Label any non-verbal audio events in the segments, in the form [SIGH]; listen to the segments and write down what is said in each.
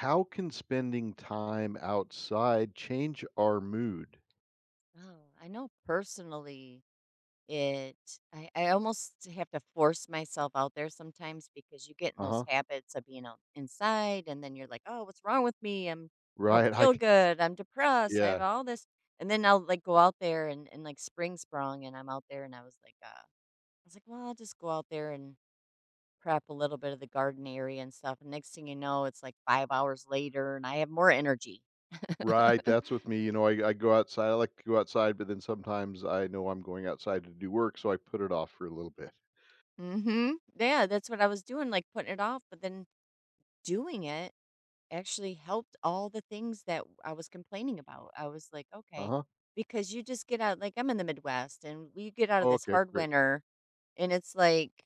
How can spending time outside change our mood? Oh, I know personally it I almost have to force myself out there sometimes because you get in those Uh-huh. habits of being out inside and then you're like, "Oh, what's wrong with me? I don't Right, [LAUGHS] feel good. I'm depressed. I have yeah, all this." And then I'll like go out there and like spring sprung and I'm out there and I was like, "Well, I'll just go out there and prep a little bit of the garden area and stuff." And next thing you know, it's like 5 hours later and I have more energy. right, [LAUGHS] that's with me, I go outside, I like to go outside, but then sometimes I know I'm going outside to do work, so I put it off for a little bit. Mhm. Yeah, that's what I was doing, like, putting it off, but then doing it actually helped all the things that I was complaining about. I was like, "Okay," Uh-huh. because you just get out. Like, I'm in the Midwest, and we get out of Oh, this okay, hard great. winter, and it's like,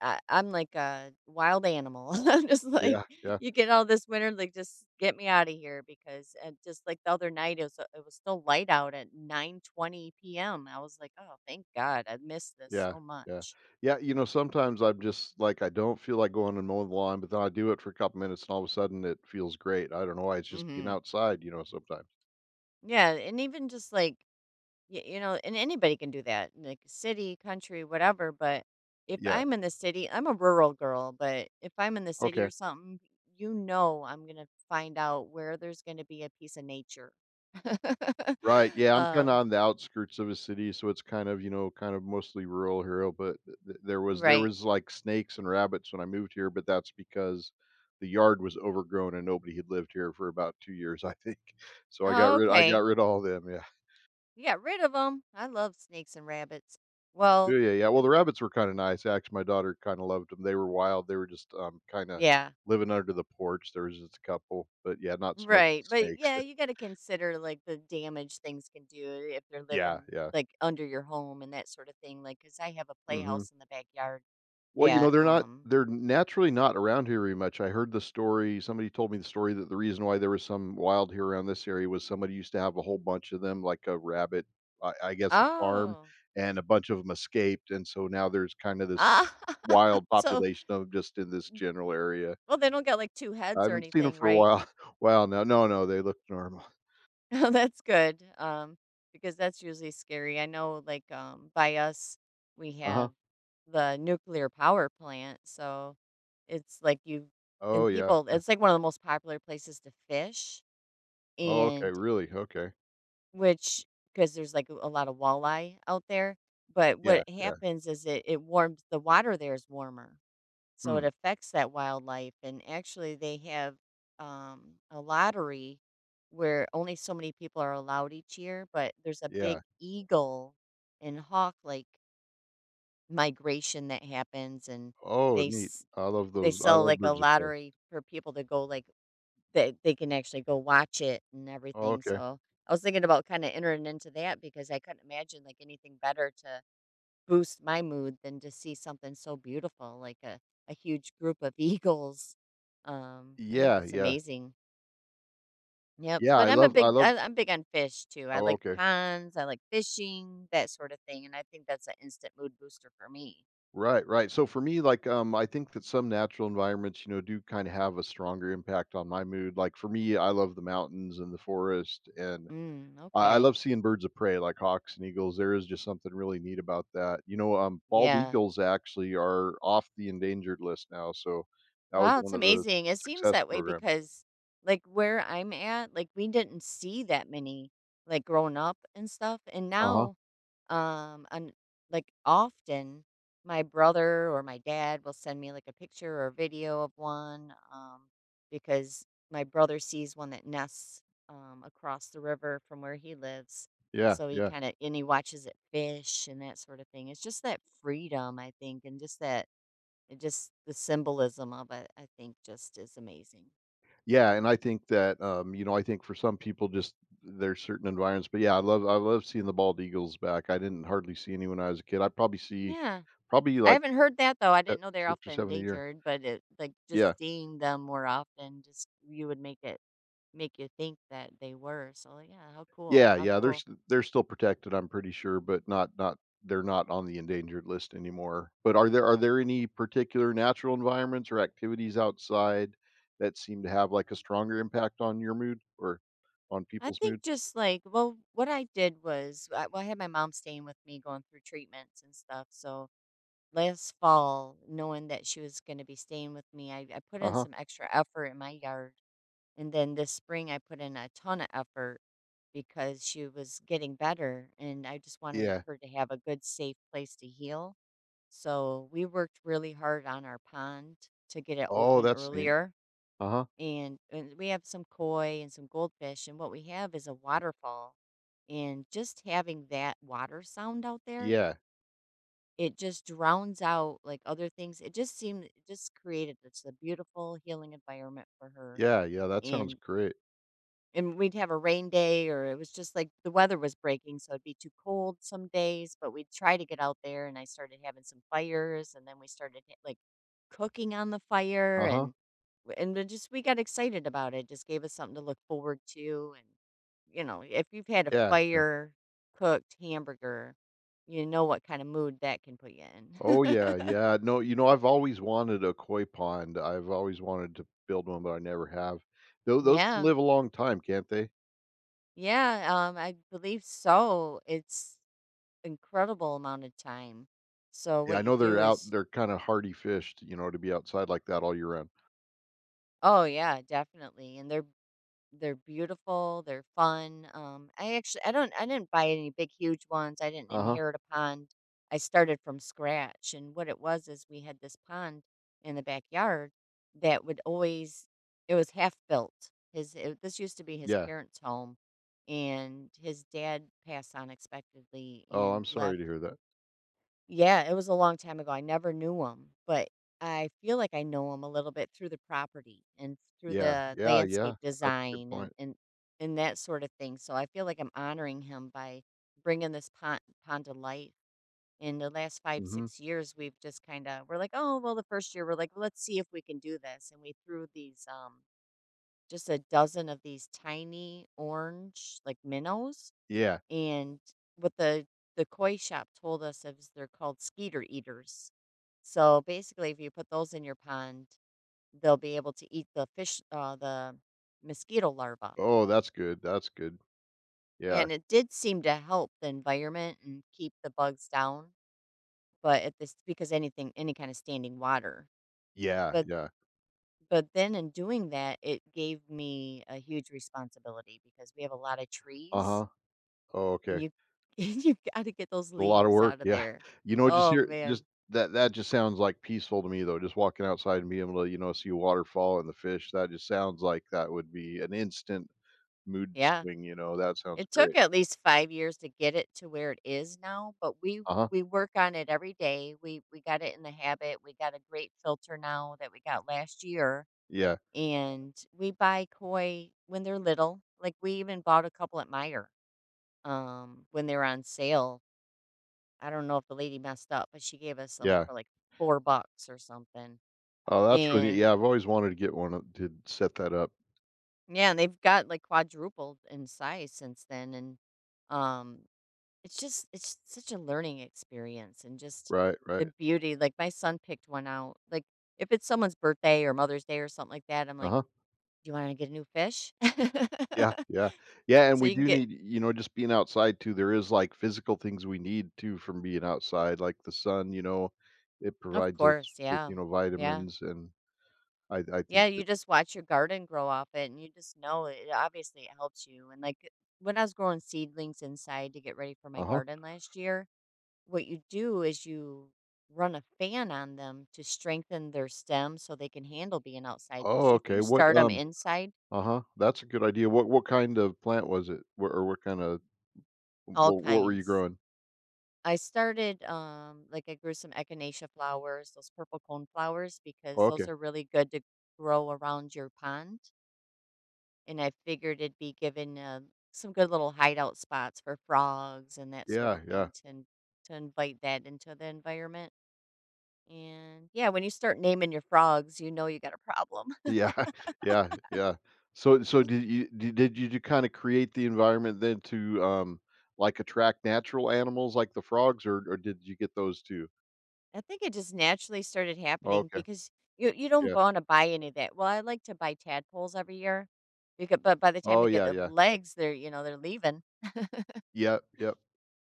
I'm like a wild animal. [LAUGHS] I'm just like, Yeah, yeah, "You get all this winter, like, just get me out of here," because and just like the other night, it was it was still light out at 9:20 p.m. I was like, "Oh, thank god. I missed this yeah, so yeah. much." Yeah, sometimes I'm just like, I don't feel like going and mowing the lawn, but then I do it for a couple minutes, and all of a sudden, it feels great. I don't know why, it's just being Mhm. outside, sometimes. Yeah, and even just like and anybody can do that, like city, country, whatever. But if Yeah, I'm in the city, I'm a rural girl. But if I'm in the city or okay. something, I'm gonna find out where there's gonna be a piece of nature. [LAUGHS] Right, yeah, I'm kinda um, on the outskirts of a city, so it's kind of, kind of mostly rural here, but th th there right? was, like, snakes and rabbits when I moved here, but that's because the yard was overgrown and nobody had lived here for about 2 years, I think. [LAUGHS] Oh, I got okay. rid of all them, yeah. You got rid of them. I love snakes and rabbits. Well, Yeah, yeah, yeah, I, well, the bu- rabbits were kinda nice, actually, my daughter kinda loved them. They were wild, they were just, kinda yeah. living under the porch, there was just a couple, but yeah, not so much Right, the but snakes. yeah, you [LAUGHS] gotta consider, like, the damage things can do if they're Yeah, living, yeah. like, under your home and that sort of thing, like, cause I have a Mhm. playhouse in the backyard Well, that, they're not um they're naturally not around here very much. I heard the story, somebody told me the story that the reason why there was some wild here around this area was somebody used to have a whole bunch of them, like a rabbit, I guess a farm, Oh. and a bunch of them escaped. And so now there's kind of this Ah, [LAUGHS] wild so population of 'em just in this general area. well, they don't got, like, 2 I heads or haven't seen them anything, for a right? while. [LAUGHS] Wow, no, no, no, they look normal. [LAUGHS] Oh, that's good, because that's usually scary. I know, like, by us, we Uh-huh. have the nuclear power plant, so it's like you Oh and yeah. people, it's, like, one of the most popular places to fish. Oh, okay, And really? Okay. which, because there's, like, a lot of walleye out there, but Yeah, what yeah. happens is it warms the water there is warmer, so it Hmm. affects that wildlife, and actually, they have, a lottery where only so many people are allowed each year, but there's a big Yeah. eagle and hawk, like, migration that happens, and Oh, they neat. s I love they those. I sell, love like, a birds of prey. lottery for people to go, like they can actually go watch it and Oh, everything, okay. so I was thinking about kinda entering into that because I couldn't imagine, like, anything better to boost my mood than to see something so beautiful, like a huge group of [LAUGHS] eagles. I think Yeah, that's yeah. amazing. Yep, Yeah, but I'm a I big love I I'm big on fish too. I Oh, like okay. ponds, I like fishing, that sort of thing, and I think that's an instant mood booster for me. Right, right. So for me, like, I think that some natural environments, do kind of have a stronger impact on my mood. Like for me, I love the mountains and the forest, and Mm, I okay. love seeing birds of prey like hawks and eagles. There is just something really neat about that. Bald Yeah. eagles actually are off the endangered list now, so that was Wow, it's one of the amazing. It seems success that way programs. because like where I'm at, like we didn't see that many like growing up and stuff. And Uh huh. now and like often my brother or my dad will send me like a picture or a video of one because my brother sees one that nests across the river from where he lives. Yeah, So he yeah. kind of and he watches it fish and that sort of thing. It's just that freedom, I think, and just that it just the symbolism of it, I think, just is amazing. Yeah, and I think that, I think for some people just there's certain environments, but yeah, I love seeing the bald eagles back. I didn't hardly see any when I was a kid. I probably see Yeah. probably I like haven't heard that though. I se- didn't know they're 6 or often 7 a year. endangered, but it like Yeah. just seeing them more often just you would make you think that they were. So like, yeah, how cool. Yeah, How yeah, cool. They're still protected, I'm pretty sure, but not they're not on the endangered list anymore. But are there any particular natural environments or activities outside that seem to have like a stronger impact on your mood or on I people's think mood? just like well what I did was well, I had my mom staying with me going through treatments and stuff. So last fall, knowing that she was going to be staying with me, I put in Uh-huh. some extra effort in my yard. And then this spring, I put in a ton of effort because she was getting better and I just wanted Yeah. her to have a good, safe place to heal. So we worked really hard on our pond to get it Oh, open that's neat. earlier. Uh-huh. And we have some koi and some goldfish, and what we have is a waterfall. And just having that water sound out there, Yeah. it just drowns out like other things. It just created this a beautiful healing environment for her. Yeah, yeah, that sounds And great. And we'd have a rain day or it was just like the weather was breaking, so it'd be too cold some days, but we'd try to get out there and I started having some fires and then we started like cooking on the fire Uh-huh. and then just we got excited about it. Just gave us something to look forward to, and if you've had a Yeah, yeah. fire cooked hamburger, you know what kind of mood that can put you in. Oh, yeah, [LAUGHS] yeah. No, I've always wanted a koi pond. I've always wanted to build one, but I never have. Though those can Yeah. live a long time, can't they? Yeah, I believe so. It's incredible amount of time. So Yeah, what I you know do is, they're kinda hardy fish, to be outside like that all year round. oh yeah, definitely. And they're beautiful, they're fun. I actually I don't I didn't buy any big huge ones. I didn't Uh-huh. inherit a pond. I started from scratch and what it was is we had this pond in the backyard that would always, it was half built. This used to be his Yeah. parents' home and his dad passed unexpectedly Oh, and I'm sorry left. to hear that. Yeah, it was a long time ago. I never knew him, but I feel like I know him a little bit through the property and through Yeah, the yeah, yeah. landscape That's a good design and point. and and that sort of thing. So I feel like I'm honoring him by bringing this pond to light. In the last five Mhm. six years, we've just kind of we're like, "Oh well, the first year we're like, let's see if we can do this," and we threw these just a dozen of these tiny orange like minnows, Yeah. and what the koi shop told us is they're called skeeter eaters. So basically, if you put those in your pond, they'll be able to eat the mosquito larva. Oh, that's good, that's good. Yeah. And it did seem to help the environment and keep the bugs down, but at this because anything, any kind of standing water. Yeah, But yeah. but then in doing that, it gave me a huge responsibility because we have a lot of trees, Uh-huh. Oh, and okay. you [LAUGHS] you got to get those A lot of leaves work, out of yeah. there. You know, just Oh here, man, just that just sounds, like, peaceful to me, though, just walking outside and being able to, see a waterfall and the fish, that just sounds like that would be an instant mood yeah. swing, that sounds It took great. at least 5 years to get it to where it is now, but we Uh-huh. we work on it every day. We got it in the habit. We got a great filter now that we got last year, Yeah, and we buy koi when they're little. Like, we even bought a couple at Meyer when they were on sale. I don't know if the lady messed up, but she gave us some yeah. for, like, 4 bucks or something, Oh, that's really neat. and Yeah, I've always wanted to get one of to set that up. yeah, and they've got, like, quadrupled in size since then, and, um it's such a learning experience and just Right, the right. beauty, like, my son picked one out, like, if it's someone's birthday or Mother's Day or something like that, I'm like, Uh-huh. "Do you wanna get a new fish?" Yeah, yeah. [LAUGHS] Yeah, and So we you can do get, need, just being outside too, there is, like, physical things we need too from being outside, like the sun, it of provides us course, with, yeah. Yeah. vitamins, and I think Yeah, you that just watch your garden grow off it, and you just know it. Obviously, it helps you, and, like, when I was growing seedlings inside to get ready for my Uh-huh. garden last year, what you do is you run a fan on them to strengthen their stem so they can handle being outside because Oh, if okay. you What, start them inside. Uh-huh. That's a good idea. What kind of plant was it? Wh Or what kinda All what were you kinds. growing? I started like I grew some echinacea flowers, those purple cone flowers, because Oh, those okay. are really good to grow around your pond and I figured it'd be given some good little hideout spots for frogs and that sort of Yeah, yeah. thing to invite that into the environment. And yeah, when you start naming your frogs, you know you got a problem. Yeah, [LAUGHS] yeah, yeah. So did you di did you kinda create the environment then to, like, attract natural animals like the frogs, or did you get those too? I think it just naturally started Oh, happening okay. because you don't Yeah. want to buy any of that. Well, I like to buy tadpoles every year, because, but by the time they Oh, get yeah, the yeah. legs, they're leaving, Yep, yep,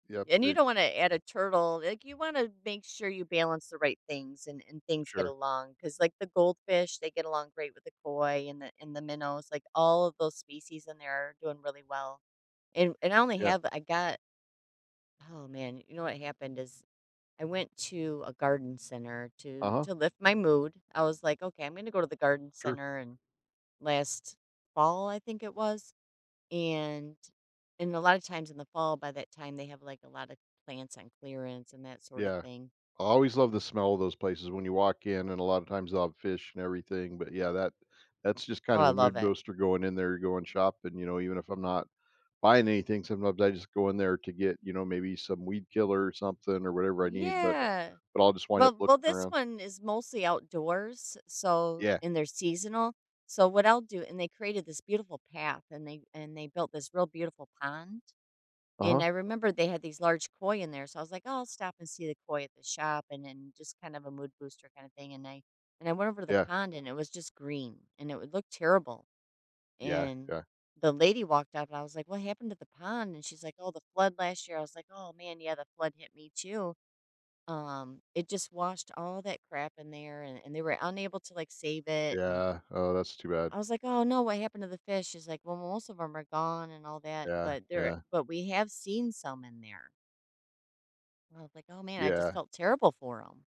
yep. and you They don't want to add a turtle. Like, you want to make sure you balance the right things and things get Sure. along because like the goldfish, they get along great with the koi and the minnows. Like, all of those species in there are doing really well. And I only Yeah. have I got oh man, you know what happened is I went to a garden center to Uh-huh. to lift my mood. I was like, okay, I'm going to go to the garden Sure. center and last fall, I think it was. And and a lot of times in the fall by that time they have like a lot of plants on clearance and that sort of Yeah. thing. I always love the smell of those places when you walk in, and a lot of times they'll have fish and everything, but yeah, that that's just Oh, kind I of a love mood it. booster going in there, going shopping, even if I'm not buying anything, sometimes I just go in there to get, maybe some weed killer or something or whatever I need, but Yeah. I'll just wind up Well, looking well this around. one is mostly outdoors, so Yeah. and they're seasonal. So what I'll do and they created this beautiful path and they built this real beautiful pond. And Uh-huh. I remember they had these large koi in there, so I was like, "Oh, I'll stop and see the koi at the shop," and then just kind of a mood booster kind of thing, and I went over to the Yeah. pond, and it was just green, and it would look terrible, Yeah. and Yeah. the lady walked up, and I was like, "What happened to the pond?" And she's like, "Oh, the flood last year." I was like, "Oh, man, yeah, the flood hit me too. It just washed all that crap in there, and, they were unable to like save it." And Yeah. Oh, that's too bad. I was like, "Oh no, what happened to the fish?" She's like, "Well, most of them are gone and all that, Yeah. but there, Yeah. but we have seen some in there." I was like, "Oh, man," I just Yeah. felt terrible for 'em.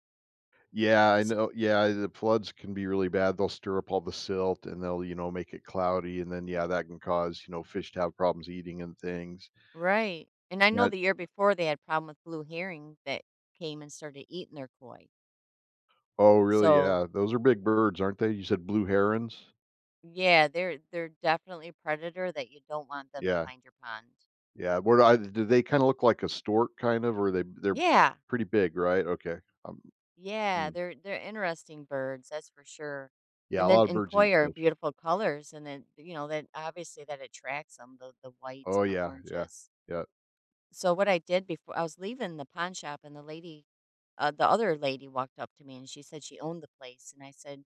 Yeah, I So know yeah, the floods can be really bad, they'll stir up all the silt and they'll, make it cloudy, and then, yeah, that can cause, fish to have problems eating and things. right, and I know Yeah. the year before they had problem with blue herring that came and started eating their koi. Oh, really? So, Yeah, those are big birds, aren't they? You said blue herons? yeah, they're definitely a predator that you don't want them to Yeah, find your pond. yeah, what are do they kinda look like a stork kind of, or they're Yeah, pretty big, right? Okay, um, yeah, mm. they're interesting birds, that's for sure. Yeah, And a then lot of and birds eat koi are fish. beautiful colors, and then, you know, that obviously that attracts them the whites Oh, and the yeah, yeah, oranges. yeah, So what I did before I was leaving the pawn shop and the lady the other lady walked up to me and she said she owned the place and I said,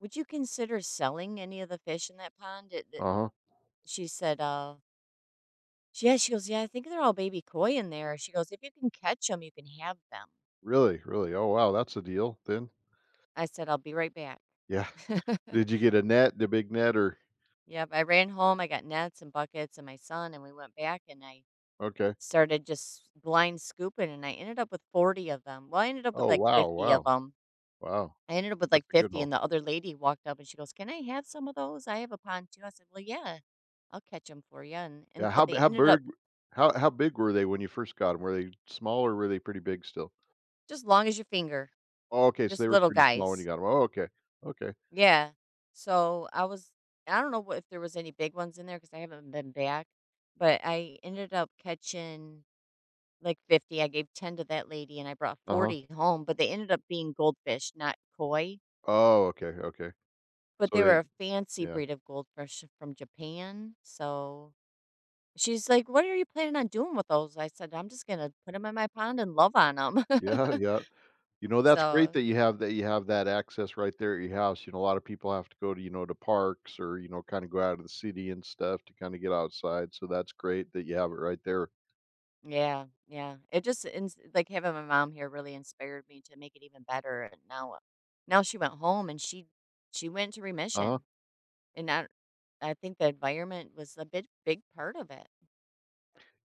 "Would you consider selling any of the fish in that pond?" Uh-huh. she said, " yeah." She goes, "Yeah, I think they're all baby koi in there." She goes, "If you can catch them, you can have them." Really, really? Oh, wow, that's a deal then. I said, "I'll be right back." Yeah. [LAUGHS] [LAUGHS] Did you get a net, the big net, or Yep, I ran home. I got nets and buckets and my son, and we went back and I okay. started just blind scooping, and I ended up with 40 of them. Well, I ended up with Oh, like wow, 50 of wow. them Wow, I Ended up with that's like a good 50 haul. and the other lady walked up and she goes, "Can I have some of those? I have a pond too." I said, "Well, yeah. I'll catch them for you." And Yeah, and but they how ended up big how big were they when you first got them? Were they small or were they pretty big still? just long as your finger, Oh, okay, so just they were little pretty small when you guys. got them. Oh, okay. Okay. Yeah. So, I was I don't know what if there was any big ones in there because I haven't been back, but I ended up catching like 50. I gave 10 to that lady and I brought Uh-huh. 40 home, but they ended up being goldfish, not koi, Oh, okay, okay. but So they they were a fancy yeah. breed of goldfish from Japan. So she's like, "What are you planning on doing with those?" I said, "I'm just gonna put them in my pond and love on them." [LAUGHS] Yeah, yeah. You know, that's great So, that you have that access right there at your house. You know, a lot of people have to go to, to parks or, kinda go out of the city and stuff to kinda get outside, so that's great that you have it right there. yeah, yeah, it just ins like, having my mom here really inspired me to make it even better, and now she went home, and she went to Uh-huh. remission, and I think the environment was a big part of it.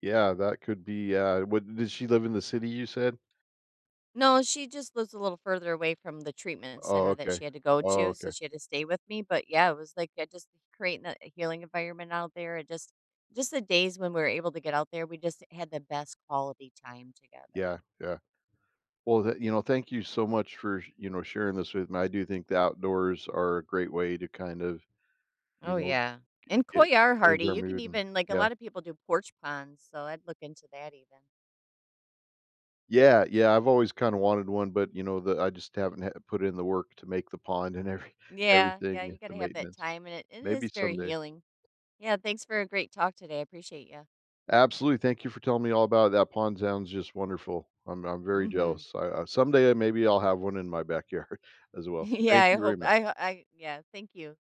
Yeah, that could be, what did she live in the city you said? No, she just lives a little further away from the treatment Oh, center that okay. she had to go Oh, to, so okay. she had to stay with me, but, yeah, it was, like, I just creating a healing environment out there, and just the days when we were able to get out there, we just had the best quality time together. Yeah, yeah. Well, th you know, thank you so much for, sharing this with me. I do think the outdoors are a great way to kind of, you Oh, know, yeah, g and get koi are change hardy, our you can mood and even like, a yeah. lot of people do porch ponds, so I'd look into that even. Yeah, yeah, I've always kinda wanted one, but, you know, the I just haven't ha put in the work to make the pond and every [LAUGHS] Yeah, yeah, you everything, the gotta have that maintenance. time, and it Maybe is very someday. healing. Yeah, thanks for a great talk today, I appreciate you. Absolutely, thank you for telling me all about it. That pond sounds just wonderful. I'm very Mhm. jealous. I Someday, maybe I'll have one in my backyard [LAUGHS] as well. [LAUGHS] Yeah, Thank I you very hope much. I I yeah, thank you.